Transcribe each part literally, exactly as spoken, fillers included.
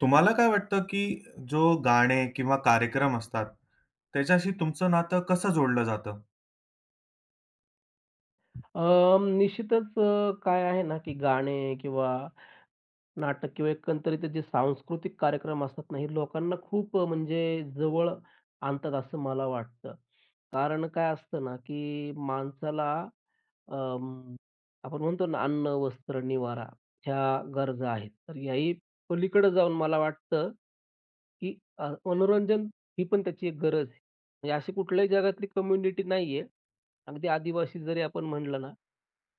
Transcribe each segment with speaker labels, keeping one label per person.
Speaker 1: तुम्हाला काय वाटतं, की जो गाणे किंवा कार्यक्रम असतात, त्याच्याशी तुमचं नातं कसं जोडलं जातं?
Speaker 2: अ, निश्चितच अ, काय आहे ना, की गाणे किंवा नाटक किंवा एकंदरीत जे सांस्कृतिक कार्यक्रम असतात ना, हे लोकांना खूप अ, म्हणजे जवळ आणतात असं मला वाटतं. कारण काय असतं ना, की माणसाला अं, आपण म्हणतो ना अन्न, वस्त्र, निवारा ह्या गरजा आहेत. तर ह्याही पलीकडे जाऊन मला वाटतं, की अ, मनोरंजन ही पण त्याची एक गरज आहे. म्हणजे अशी कुठल्याही जगातली कम्युनिटी नाहीये. अगदी आदिवासी जरी आपण म्हणलं ना,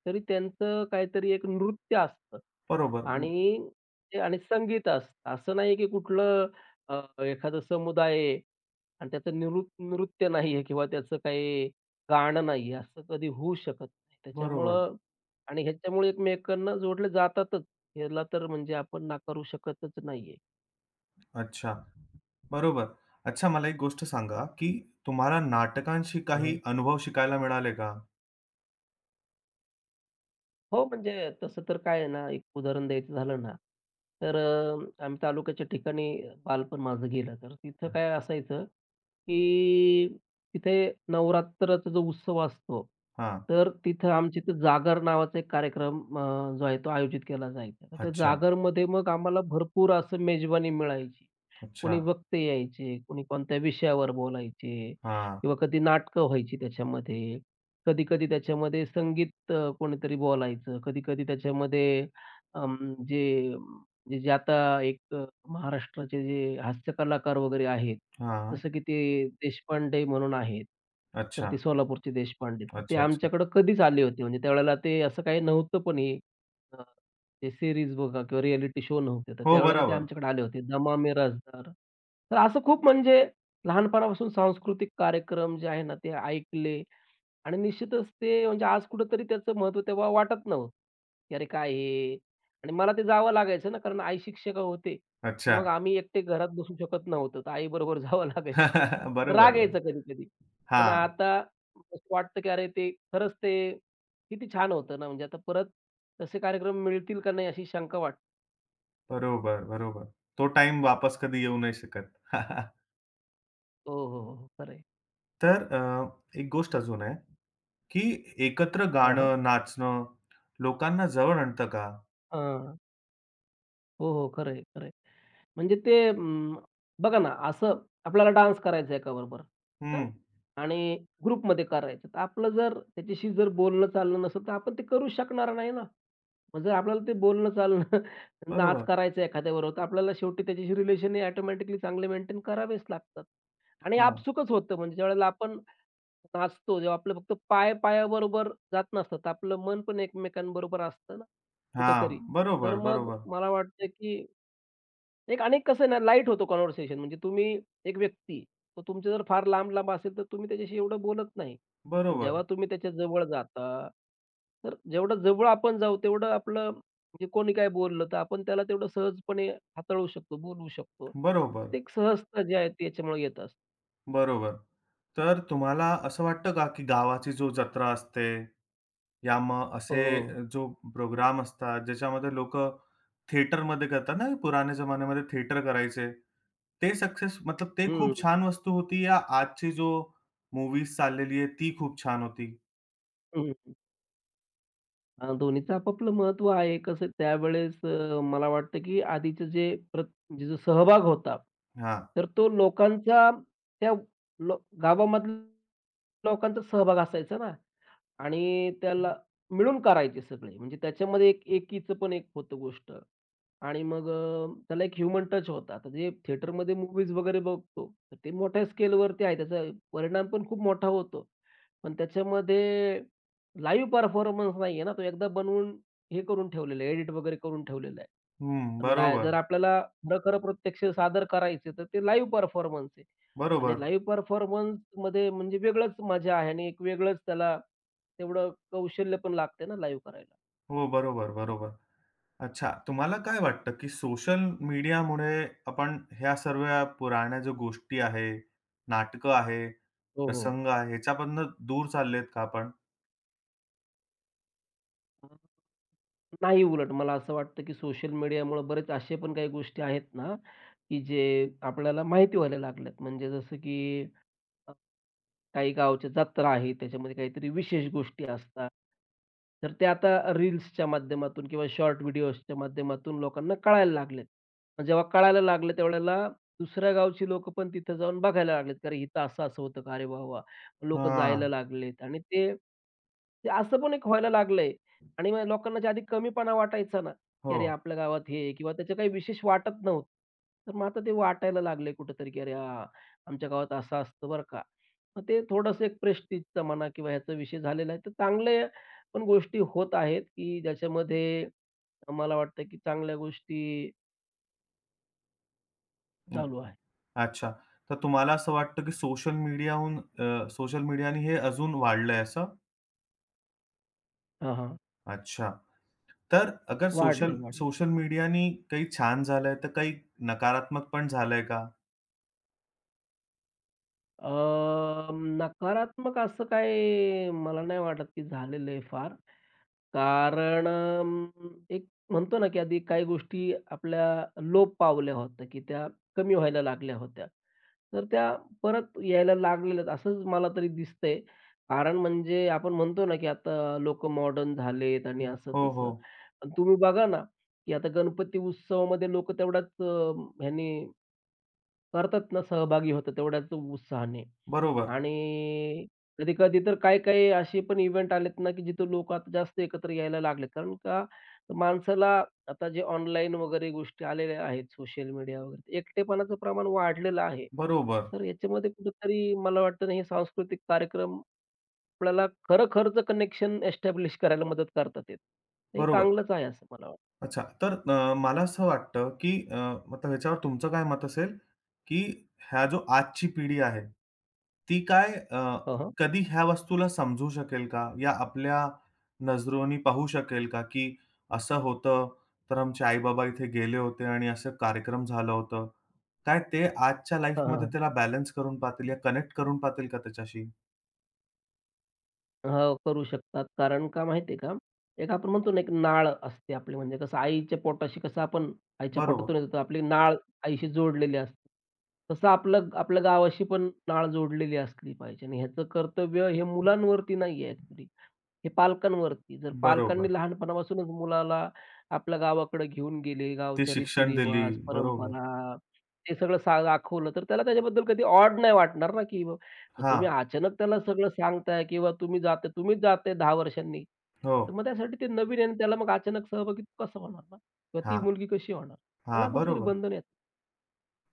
Speaker 2: तरी त्यांचं काहीतरी एक नृत्य असतं.
Speaker 1: बरोबर, हं,
Speaker 2: आणि आणि संगीत असतं. असं नाही की कुठलं अ, एखादा समुदाय आहे आणि त्याचं निरू नृत्य नाहीये किंवा त्याचं काही गाणं नाहीये, असं कधी होऊ शकत नाही.
Speaker 1: बरोबर.
Speaker 2: त्याच्यामुळं आणि ह्याच्यामुळे एकमेकांना जोडले जातातच. ह्याला तर म्हणजे आपण नाकारू शकतच नाहीये.
Speaker 1: अच्छा. बरोबर. अच्छा, मला एक गोष्ट सांगा, की तुम्हाला नाटकांशी काही अनुभव शिकायला मिळाले का?
Speaker 2: हो, म्हणजे तसं तर काय आहे ना, एक उदाहरण द्यायचं झालं ना, तर अ, आम्ही तालुक्याच्या ठिकाणी बालपण माझं गेलं. तर तिथं काय असायचं, की तिथे नवरात्राचा जो उत्सव असतो,
Speaker 1: हां.
Speaker 2: तर तिथं आमच्या इथं जागर नावाचा एक कार्यक्रम अ, जो आहे तो आयोजित केला जायचा. तर त्या
Speaker 1: अच्छा,
Speaker 2: जागरमध्ये मग आम्हाला भरपूर असं मेजवानी मिळायची.
Speaker 1: अच्छा.
Speaker 2: कोणी वक्ते यायचे, कोणी कोणत्या विषयावर बोलायचे
Speaker 1: हां,
Speaker 2: किंवा कधी नाटकं व्हायची त्याच्यामध्ये. कधी-कधी त्याच्यामध्ये संगीत अ, कोणीतरी बोलायचं. कधी-कधी त्याच्यामध्ये अं, जे जे जे आता एक अ, महाराष्ट्राचे जे हास्य कलाकार वगैरे आहेत.
Speaker 1: हां.
Speaker 2: जसं की ते देशपांडे म्हणून आहेत. तर ते
Speaker 1: अच्छा,
Speaker 2: सोलापूरचे देशपांडे. तर ते
Speaker 1: अच्छा, अच्छा.
Speaker 2: आमच्याकडं कधीच आले होते. म्हणजे त्यावेळेला ते असं काही नव्हतं पण हे. ते सीरीज बघा किंवा रिएलिटी शो नव्हते. तर
Speaker 1: हो,
Speaker 2: त्यावेळेला ते
Speaker 1: बरोबर.
Speaker 2: आमच्याकडे आले होते. दमा मिराजदार. तर असं खूप म्हणजे लहानपणापासून सांस्कृतिक कार्यक्रम जे आहे ना, ते ऐकले आणि निश्चितच ते म्हणजे आज कुठेतरी त्याचं महत्त्व तेव्हा वाटत नव्ह की "अरे काय हे?" आणि मला ते जावं लागायचं ना, कारण आई शिक्षिका होते. तर
Speaker 1: अच्छा.
Speaker 2: मग आम्ही एकटे घरात बसू शकत नव्हतो. तर आईबरोबर जावं लागायचं. तर
Speaker 1: बरोबर,
Speaker 2: राग
Speaker 1: बरोबर.
Speaker 2: यायचा कधी-कधी. पण
Speaker 1: हां,
Speaker 2: आता असं वाटतं की अरे ते खरंच ते किती छान होतं ना, म्हणजे आता परत तसे कार्यक्रम मिळतील का नाही अशी शंका वाटते.
Speaker 1: बरोबर, बरोबर. तो टाईम वापस कधी येऊ नाही शकत.
Speaker 2: हो, हो, हो, हो. खरं आहे.
Speaker 1: तर अ, एक गोष्ट अजून आहे. की एकत्र
Speaker 2: हां, हां.
Speaker 1: गाणं, नाचणं लोकांना जवळ आणतं का?
Speaker 2: हो, हो, खरं आहे, म्हणजे ते अं, बघा ना, असं आपल्याला डान्स करायचा आहे एकाबरोबर.
Speaker 1: हं,
Speaker 2: आणि ग्रुपमध्ये करायचं. तर आपलं जर त्याच्याशी जर बोलणं चाललं नसेल, तर आपण ते करू शकणार नाही ना. मग जर आपल्याला ते बोलणं चालणं नाच
Speaker 1: बरोबर.
Speaker 2: करायचं एखाद्याबरोबर, तर आपल्याला शेवटी त्याच्याशी रिलेशन हे ऑटोमॅटिकली चांगले मेंटेन करावेच लागतात. आणि
Speaker 1: हां,
Speaker 2: आपसुकच होतं म्हणजे ज्यावेळेला आपण नाचतो, जेव्हा आपलं फक्त पाय पायाबरोबर जात नसतात, आपलं मन पण एकमेकांबरोबर असतं ना
Speaker 1: हां.
Speaker 2: कुठेतरी. तर
Speaker 1: बरोबर,
Speaker 2: मग
Speaker 1: बरोबर,
Speaker 2: मला वाटतं की एक आणि कसं आहे ना, लाईट होतो कन्व्हर्सेशन. म्हणजे तुम्ही एक व्यक्ती, तो तुमच्या जर फार लांब-लांब असेल, तर तुम्ही त्याच्याशी एवढं बोलत नाही. पण
Speaker 1: बरोबर,
Speaker 2: जेव्हा तुम्ही त्याच्या जवळ जाता, तर जेवढं जवळ आपण जाऊ, तेवढं आपलं म्हणजे कोणी काय बोललं, तर आपण त्याला तेवढं सहजपणे हाताळू शकतो, बोलवू शकतो.
Speaker 1: बरोबर,
Speaker 2: ते एक सहजता जी आहे, ती येत असते.
Speaker 1: बरोबर. तर तुम्हाला असं वाटतं का, की गावाची जो जत्रा असते, या मग
Speaker 2: हो,
Speaker 1: असे
Speaker 2: हो.
Speaker 1: जो प्रोग्राम असतात, ज्याच्यामध्ये लोकं थिएटरमध्ये करतात ना, पुराण्या जमान्यामध्ये थिएटर करायचे. ते सक्सेस मतलब ते खूप
Speaker 2: हं.
Speaker 1: छान वस्तू होती या आजची जो मूव्हीज चाललेली आहे, ती खूप छान होती?
Speaker 2: हं. अ, दोन्हीचं आपापलं महत्त्व आहे. कसं त्यावेळेस अ, मला वाटतं, की आधीचं जे प्रत म्हणजे जो सहभाग होता,
Speaker 1: हां.
Speaker 2: तर तो लोकांचा त्या लो गावामधल्या लोकांचा सहभाग असायचा ना, आणि त्याला मिळून करायचे सगळे. म्हणजे त्याच्यामध्ये एक एकीचं पण एक होतं गोष्ट आणि मग अ, त्याला एक ह्युमन टच होता. आता जे थिएटरमध्ये मूव्हीज वगैरे बघतो, तर ते मोठ्या स्केलवरती आहे. त्याचा परिणाम पण खूप मोठा होतो. पण त्याच्यामध्ये लाईव्ह परफॉर्मन्स नाहीये ना, तो एकदा बनवून हे करून ठेवलेलं आहे, एडिट वगैरे करून ठेवलेलं आहे.
Speaker 1: हं,
Speaker 2: लाय
Speaker 1: बरोबर,
Speaker 2: जर आपल्याला खरं-खरं प्रत्यक्ष सादर करायचं तर ते लाईव्ह परफॉर्मन्स आहे आणि
Speaker 1: बरोबर.
Speaker 2: लाईव्ह परफॉर्मन्समध्ये म्हणजे वेगळंच मजा आहे आणि एक वेगळंच त्याला तेवढं कौशल्य पण लागते ना लाईव्ह करायला.
Speaker 1: हो, बरोबर, बरोबर. अच्छा, तुम्हाला काय वाटतं, की सोशल मीडियामुळे आपण ह्या सर्व पुराण्या ज्या गोष्टी आहे, नाटकं आहे,
Speaker 2: हो, हो.
Speaker 1: प्रसंग आहे, ह्याच्यापासून दूर चाललेत का आपण?
Speaker 2: नाही उलट मला असं वाटतं, की सोशल मीडियामुळे बरेच असे पण काही गोष्टी आहेत ना, की जे आपल्याला माहिती व्हायला लागल्यात. म्हणजे जसं की अ, काही गावच्या जत्रा आहेत, त्याच्यामध्ये काहीतरी विशेष गोष्टी असतात. तर ते आता रील्सच्या माध्यमातून किंवा शॉर्ट व्हिडिओसच्या माध्यमातून लोकांना कळायला लागलेत. आणि जेव्हा कळायला लागलं त्यावेळेला दुसऱ्या गावची लोकं पण तिथं जाऊन बघायला लागलेत, "अरे इथं असं-असं होतं का? अरे वाह! वाह!" लोकं जायला
Speaker 1: हां,
Speaker 2: लागलेत आणि ते ते असं पण एक व्हायला लागलंय आणि मग लोकांना जे आधी कमीपणा वाटायचा ना, की
Speaker 1: हो.
Speaker 2: "अरे आपल्या गावात हे" आहे, किंवा त्याचं काही विशेष वाटत नव्हतं. तर मग आता ते वाटायला लागलंय कुठेतरी, की "अरे हां, आमच्या गावात असं असतं बरं का. मग ते थोडंसं एक प्रेस्टिजचा म्हणा किंवा ह्याचा विषय झालेला आहे. तर चांगल्या पण गोष्टी होत आहेत, की ज्याच्यामध्ये मला वाटतं, की चांगल्या गोष्टी
Speaker 1: अ,
Speaker 2: चालू आहेत.
Speaker 1: अच्छा. तर तुम्हाला असं वाटतं, की सोशल मीडियाहून अ, सोशल मीडियाने हे अजून वाढलंय असं?
Speaker 2: हां, हां.
Speaker 1: अच्छा. तर अगर
Speaker 2: वाढलंय,
Speaker 1: सोशल
Speaker 2: वाढलंय.
Speaker 1: सोशल मीडियाने काही छान झालंय, तर काही नकारात्मक पण झालंय का?
Speaker 2: अ, नकारात्मक असं काय मला नाही वाटत, की झालेलं आहे फार. कारण अं, एक म्हणतो ना, की आधी काही गोष्टी आपल्या लोप पावल्या होत्या, की त्या कमी व्हायला लागल्या होत्या. तर त्या परत यायला लागलेल्यात असंच मला तरी दिसतंय. कारण म्हणजे आपण म्हणतो ना, की आता लोक मॉडर्न झालेत आणि
Speaker 1: हं, हो, हो.
Speaker 2: असं-तसं. पण तुम्ही बघा ना, की आता गणपती उत्सवामध्ये लोकं तेवढ्याच अ, ह्याने करतात ना, सहभागी होतात तेवढ्याच उत्साहाने.
Speaker 1: बरोबर.
Speaker 2: आणि कधी-कधी तर काही-काही असे पण इव्हेंट आलेत ना, की जिथे लोकं आता जास्त एकत्र यायला लागलेत. कारण का माणसाला आता जे ऑनलाईन वगैरे गोष्टी आलेल्या आहेत, सोशल मीडिया वगैरे एकटेपणाचं प्रमाण वाढलेलं आहे.
Speaker 1: बरोबर,
Speaker 2: तर याच्यामध्ये कुठेतरी मला वाटतं ना, हे सांस्कृतिक कार्यक्रम आपल्याला खरं-खरंच कनेक्शन एस्टॅब्लिश करायला मदत करतात ते. हे
Speaker 1: बरोबर.
Speaker 2: चांगलंच आहे असं मला वाटतं.
Speaker 1: अच्छा, तर अ, मला असं वाटतं, की अ, आता ह्याच्यावर तुमचं काय मत असेल, की ह्या जो आजची पिढी आहे, ती काय अ, कधी ह्या वस्तूला समजू शकेल का? या आपल्या नजरोनी पाहू शकेल का, की असं होतं, तर आमचे आई-बाबा इथे गेले होते आणि असं कार्यक्रम झालं होतं. काय ते आजच्या लाईफमध्ये त्याला बॅलन्स करून पाहतील या कनेक्ट करून पाहतील का त्याच्याशी?
Speaker 2: हो, करू शकतात. कारण का माहिती आहे का? एक आपण म्हणतो ना, एक नाळ असते आपली म्हणजे कसं आईच्या पोटाशी कसं आपण आईच्या
Speaker 1: बरोबर,
Speaker 2: पोटातून येतो, तर आपली नाळ आईशी जोडलेली असते. तसं आपलं आपल्या गावाशी पण नाळ जोडलेली असली पाहिजे आणि ह्याचं कर्तव्य हे मुलांवरती नाही आहे हे पालकांवरती. जर
Speaker 1: बरोबर.
Speaker 2: पालकांनी लहानपणापासूनच मुलाला आपल्या गावाकडे घेऊन गेले,
Speaker 1: ते
Speaker 2: गावच्या
Speaker 1: शिक्षण दिली.
Speaker 2: रीती-रिवाज,
Speaker 1: बरोबर.
Speaker 2: परंपरा हे सगळं सा दाखवलं, तर त्याला त्याच्याबद्दल कधी ऑड नाही वाटणार ना, की बाबा तुम्ही
Speaker 1: हां.
Speaker 2: अचानक त्याला सगळं सांगताय किंवा तुम्ही जाता तुम्हीच जाताय दहा वर्षांनी.
Speaker 1: हो.
Speaker 2: तर मग त्यासाठी ते नवीन आहे आणि त्याला मग अचानक सहभागी कसं होणार ना? किंवा ती
Speaker 1: हां.
Speaker 2: मुलगी कशी होणार?
Speaker 1: हां,
Speaker 2: त्याला कुठेतरी
Speaker 1: बरोबर.
Speaker 2: बंधन येतात.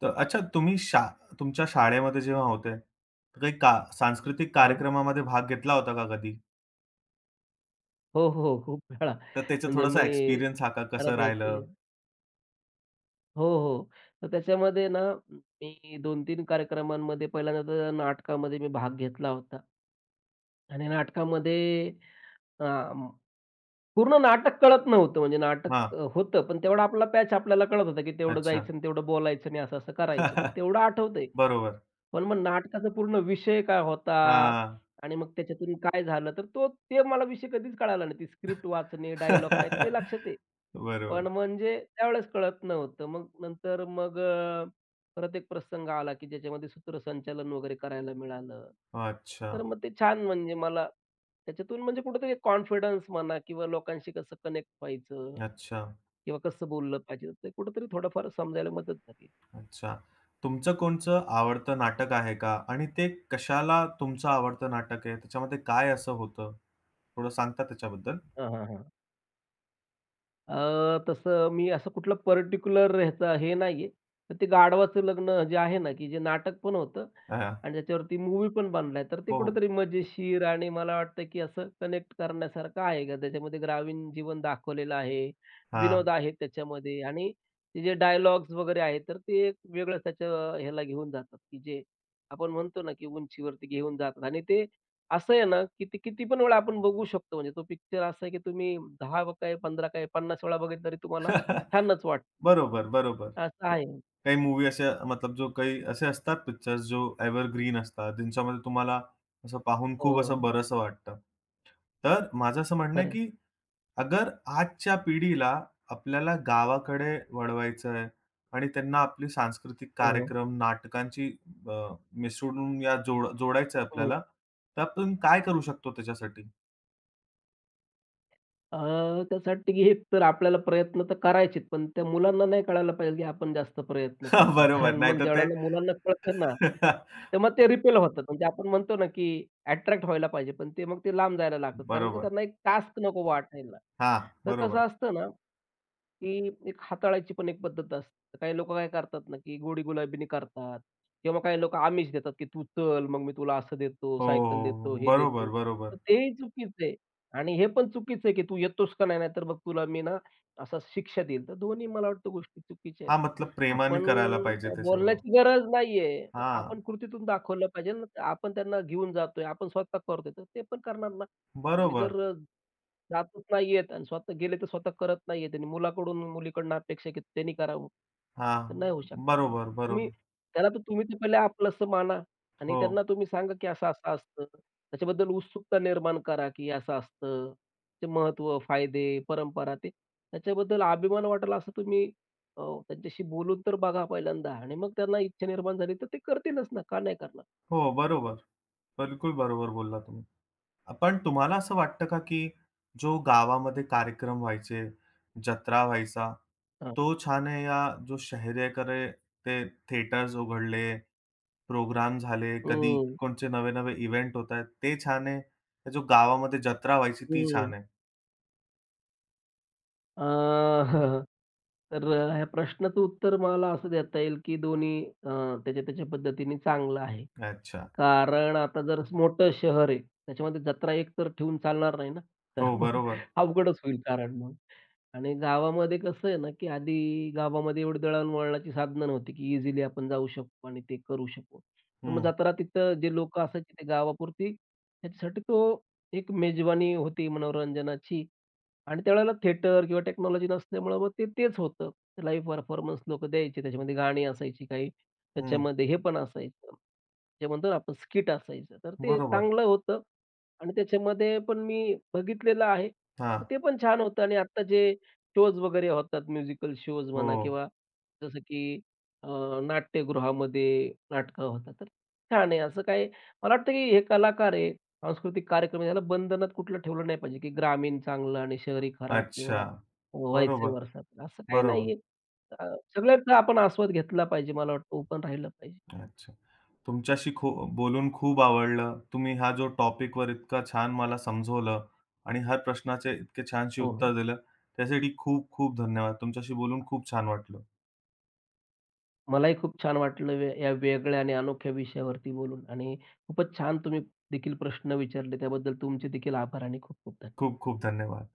Speaker 1: तर अच्छा तुम्ही शा तुमच्या शाळेमध्ये जेव्हा होते, तर काही का सांस्कृतिक
Speaker 2: हां.
Speaker 1: कार्यक्रमामध्ये भाग घेतला होता का कधी?
Speaker 2: हो, हो. खूप वेळा
Speaker 1: तर त्याचा
Speaker 2: म्हणजे मी
Speaker 1: थोडासा एक्सपिरियन्स हा का कसं
Speaker 2: बऱ्यापैकी
Speaker 1: राहिलं?
Speaker 2: हो, हो. तर त्याच्यामध्ये ना मी दोन-तीन कार्यक्रमांमध्ये पहिल्यांदा तर नाटकामध्ये मी भाग घेतला होता आणि नाटकामध्ये अ, पूर्ण नाटक कळत नव्हतं म्हणजे नाटक
Speaker 1: हां,
Speaker 2: अ, होतं, पण तेवढा आपला पॅच आपल्याला कळत होता, की तेवढं
Speaker 1: अच्छा.
Speaker 2: जायचं आणि तेवढं बोलायचं आणि असं-असं करायचं. तर तेवढं आठवतंय.
Speaker 1: बरोबर.
Speaker 2: पण मग नाटकाचा पूर्ण विषय काय होता
Speaker 1: हां.
Speaker 2: आणि मग त्याच्यातून काय झालं, तर तो ते मला विषय कधीच कळाला नाही. ती स्क्रिप्ट वाचणे, डायलॉग काय ते लक्षात आहे. पण
Speaker 1: बरोबर.
Speaker 2: म्हणजे त्यावेळेस कळत नव्हतं. मग नंतर मग अ, परत एक प्रसंग आला, की ज्याच्यामध्ये सूत्रसंचालन वगैरे करायला मिळालं.
Speaker 1: अच्छा,
Speaker 2: तर मग ते छान म्हणजे मला त्याच्यातून म्हणजे कुठेतरी कॉन्फिडन्स म्हणा किंवा लोकांशी कसं कनेक्ट व्हायचं
Speaker 1: अच्छा,
Speaker 2: किंवा कसं बोललं पाहिजे, ते कुठेतरी थोडंफार समजायला मदत झाली.
Speaker 1: अच्छा. तुमचं कोणचं आवडतं नाटक आहे का? आणि ते कशाला तुमचं आवडतं नाटक आहे? त्याच्यामध्ये काय असं होतं? थोडं सांगता त्याच्याबद्दल?
Speaker 2: हां, हां, हां. अ, तसं मी असं कुठलं पर्टिक्युलर ह्याचा हे नाहीये. तर ते गाढवाचं लग्न जे आहे ना, की जे नाटक पण होतं
Speaker 1: हां.
Speaker 2: आणि त्याच्यावरती मूव्ही पण बनलाय. तर ते
Speaker 1: हो, हो.
Speaker 2: कुठेतरी मजेशीर आणि मला वाटतं, की असं कनेक्ट करण्यासारखं आहे का त्याच्यामध्ये ग्रामीण जीवन दाखवलेलं आहे, विनोद
Speaker 1: हां.
Speaker 2: आहेत त्याच्यामध्ये आणि ते जे डायलॉग्स वगैरे आहेत, तर ते एक वेगळंच त्याच्या ह्याला घेऊन जातात, की जे आपण म्हणतो ना, की उंचीवरती घेऊन जातात आणि ते असं आहे ना, की ते किती पण वेळा आपण बघू शकतो. म्हणजे तो पिक्चर असा आहे, की तुम्ही दहा व काय पंधरा काय पन्नास वेळा बघितलं तरी तुम्हाला छानच वाटतं.
Speaker 1: बरोबर, बरोबर.
Speaker 2: असं
Speaker 1: क
Speaker 2: आहे.
Speaker 1: काही मूव्ही अशा मतलब जो काही असे असतात पिक्चर्स जो एव्हरग्रीन असतात, ज्यांच्यामध्ये तुम्हाला असं पाहून खूप असं
Speaker 2: हो,
Speaker 1: बरंसं वाटतं. तर माझं असं म्हणणं आहे,
Speaker 2: खरं
Speaker 1: की अगर आजच्या पिढीला आपल्याला गावाकडे वळवायचं आहे आणि त्यांना आपले सांस्कृतिक
Speaker 2: हो, हो.
Speaker 1: कार्यक्रम, नाटकांची अ, मिसळून या जोड जोडायचं आहे
Speaker 2: हं.
Speaker 1: आपल्याला, तर आपण काय करू शकतो त्याच्यासाठी?
Speaker 2: अ, त्यासाठी हे तर आपल्याला प्रयत्न तर करायचेच, पण त्या मुलांना नाही कळायला पाहिजे, की आपण जास्त प्रयत्न करतोय. कारण
Speaker 1: बरोबर,
Speaker 2: मग
Speaker 1: नाहीतर ते
Speaker 2: ज्यावेळेला मुलांना कळतं ना, तर मग ते रिपेल होतात. म्हणजे आपण म्हणतो ना, की अट्रॅक्ट व्हायला पाहिजे, पण ते मग ते लांब जायला लागतात. कारण की
Speaker 1: बरोबर.
Speaker 2: त्यांना एक टास्क नको वाटायला.
Speaker 1: हां,
Speaker 2: तर कसं
Speaker 1: बरोबर.
Speaker 2: असतं ना ती एक हाताळायची पण एक पद्धत असते. काही लोकं काय करतात ना, की गोडी गुलाबीनी करतात किंवा काही लोकं आमिष देतात, की "तू चल, मग मी तुला असं देतो,
Speaker 1: हो,
Speaker 2: सायकल देतो,
Speaker 1: हो.
Speaker 2: हे
Speaker 1: बरोबर,
Speaker 2: देतो." तर
Speaker 1: बरोबर.
Speaker 2: तेही चुकीचं आहे आणि हे पण चुकीचं आहे, की "तू येतोस का नाही? नाहीतर मग तुला मी ना, असं शिक्षा देईल." तर दोन्ही मला वाटतं गोष्टी चुकीच्या आहेत.
Speaker 1: हां, मतलब प्रेमाने
Speaker 2: आपण
Speaker 1: करायला पाहिजे
Speaker 2: काय
Speaker 1: ते सर्व.
Speaker 2: बोलण्याची गरज नाहीये.
Speaker 1: हां,
Speaker 2: आपण कृतीतून दाखवलं पाहिजे ना, आपण त्यांना घेऊन जातोय, आपण स्वतः करतोय, तर ते पण करणार ना. तुम्ही
Speaker 1: बरोबर.
Speaker 2: जर अ, जातच नाहीयेत आणि स्वतः गेले तर स्वतः करत नाहीयेत आणि मुलाकडून, मुलीकडनं अपेक्षा की त्यांनी करावं,
Speaker 1: हां,
Speaker 2: तर नाही होऊ शकणार ना.
Speaker 1: बरोबर,
Speaker 2: तुम्ही
Speaker 1: बरोबर.
Speaker 2: त्याला तर तुम्ही ते पहिले आपलंसं माना आणि
Speaker 1: हो,
Speaker 2: त्यांना तुम्ही सांगा की असं-असं असतं. त्याच्याबद्दल उत्सुकता निर्माण करा की असं असतं. त्याचे महत्त्व, फायदे, परंपरा ते त्याच्याबद्दल अभिमान वाटेल असं तुम्ही अ, त्यांच्याशी बोलून तर बघा पहिल्यांदा आणि मग त्यांना इच्छा निर्माण झाली तर ते करतीलच ना, का नाही करणार?
Speaker 1: हो, बरोबर. बिलकुल बरोबर बोलला तुम्ही. पण तुम्हाला असं वाटतं का, की जो गावामध्ये कार्यक्रम व्हायचे, जत्रा व्हायचा,
Speaker 2: हां.
Speaker 1: तो छान आहे या जो शहरेकडे ते थिएटर्स उघडले, प्रोग्राम झाले, कधी
Speaker 2: हं,
Speaker 1: कोणचे नवे-नवे इव्हेंट होतायत, ते छान आहे? का जो गावामध्ये जत्रा व्हायची ती
Speaker 2: हं.
Speaker 1: छान आहे?
Speaker 2: अ, तर ह्या प्रश्नाचं उत्तर मला असं देता येईल, की दोन्ही अ, त्याच्या त्याच्या पद्धतीने चांगलं आहे.
Speaker 1: अच्छा.
Speaker 2: कारण आता जर मोठं शहर आहे, त्याच्यामध्ये जत्रा एक तर ठेवून चालणार नाही ना, तर
Speaker 1: हो,
Speaker 2: मग
Speaker 1: बरोबर.
Speaker 2: अवघडच होईल कारण मग. आणि गावामध्ये कसं आहे ना, की आधी गावामध्ये एवढी दळणवळणाची साधनं नव्हती, की इझिली आपण जाऊ शकू आणि ते करू शकू. तर मग
Speaker 1: हं,
Speaker 2: जाताना तिथं जे लोकं असायची ते गावापुरती त्याच्यासाठी तो एक मेजवानी होती मनोरंजनाची. आणि त्यावेळेला थिएटर किंवा टेक्नॉलॉजी नसल्यामुळं मग ते तेच होतं. लाईव्ह परफॉर्मन्स लोकं द्यायचे. त्याच्यामध्ये गाणी असायची काही,
Speaker 1: हं.
Speaker 2: त्याच्यामध्ये हे पण असायचं, जे म्हणतो ना आपण स्किट असायचं. तर ते
Speaker 1: बरोबर.
Speaker 2: चांगलं होतं आणि त्याच्यामध्ये पण मी बघितलेलं आहे. तर
Speaker 1: हां.
Speaker 2: ते पण छान होतं आणि आत्ता जे शोज वगैरे होतात, म्युझिकल शोज
Speaker 1: हो.
Speaker 2: म्हणा किंवा जसं की अ, नाट्यगृहामध्ये नाटकं होतात. तर छान आहे. असं काही मला वाटतं की हे कलाकार आहेत सांस्कृतिक कार्यक्रम याला बंधनात कुठलं ठेवलं नाही पाहिजे, की ग्रामीण चांगलं आणि शहरी खराब किंवा
Speaker 1: अच्छा.
Speaker 2: व्हाईस
Speaker 1: बरोबर,
Speaker 2: वर्सा. असं काही
Speaker 1: बरोबर.
Speaker 2: नाहीये. अ, सगळ्यांचा आपण आस्वाद घेतला पाहिजे मला वाटतं, ओपन राहिलं पाहिजे.
Speaker 1: अच्छा. तुमच्याशी खू बोलून खूप आवडलं. तुम्ही हा जो टॉपिकवर इतका छान मला समजवलं आणि हर प्रश्नाचे इतके छानशी
Speaker 2: हो, हो.
Speaker 1: उत्तर दिलं, त्यासाठी खूप खूप धन्यवाद. तुमच्याशी बोलून खूप छान वाटलं.
Speaker 2: मलाही खूप छान वाटलं वे या वेगळ्या आणि अनोख्या विषयावरती बोलून आणि खूपच छान तुम्ही देखील प्रश्न विचारले. त्याबद्दल तुमचे देखील आभार आणि खूप खूप धन्यवाद.
Speaker 1: खूप खूप धन्यवाद.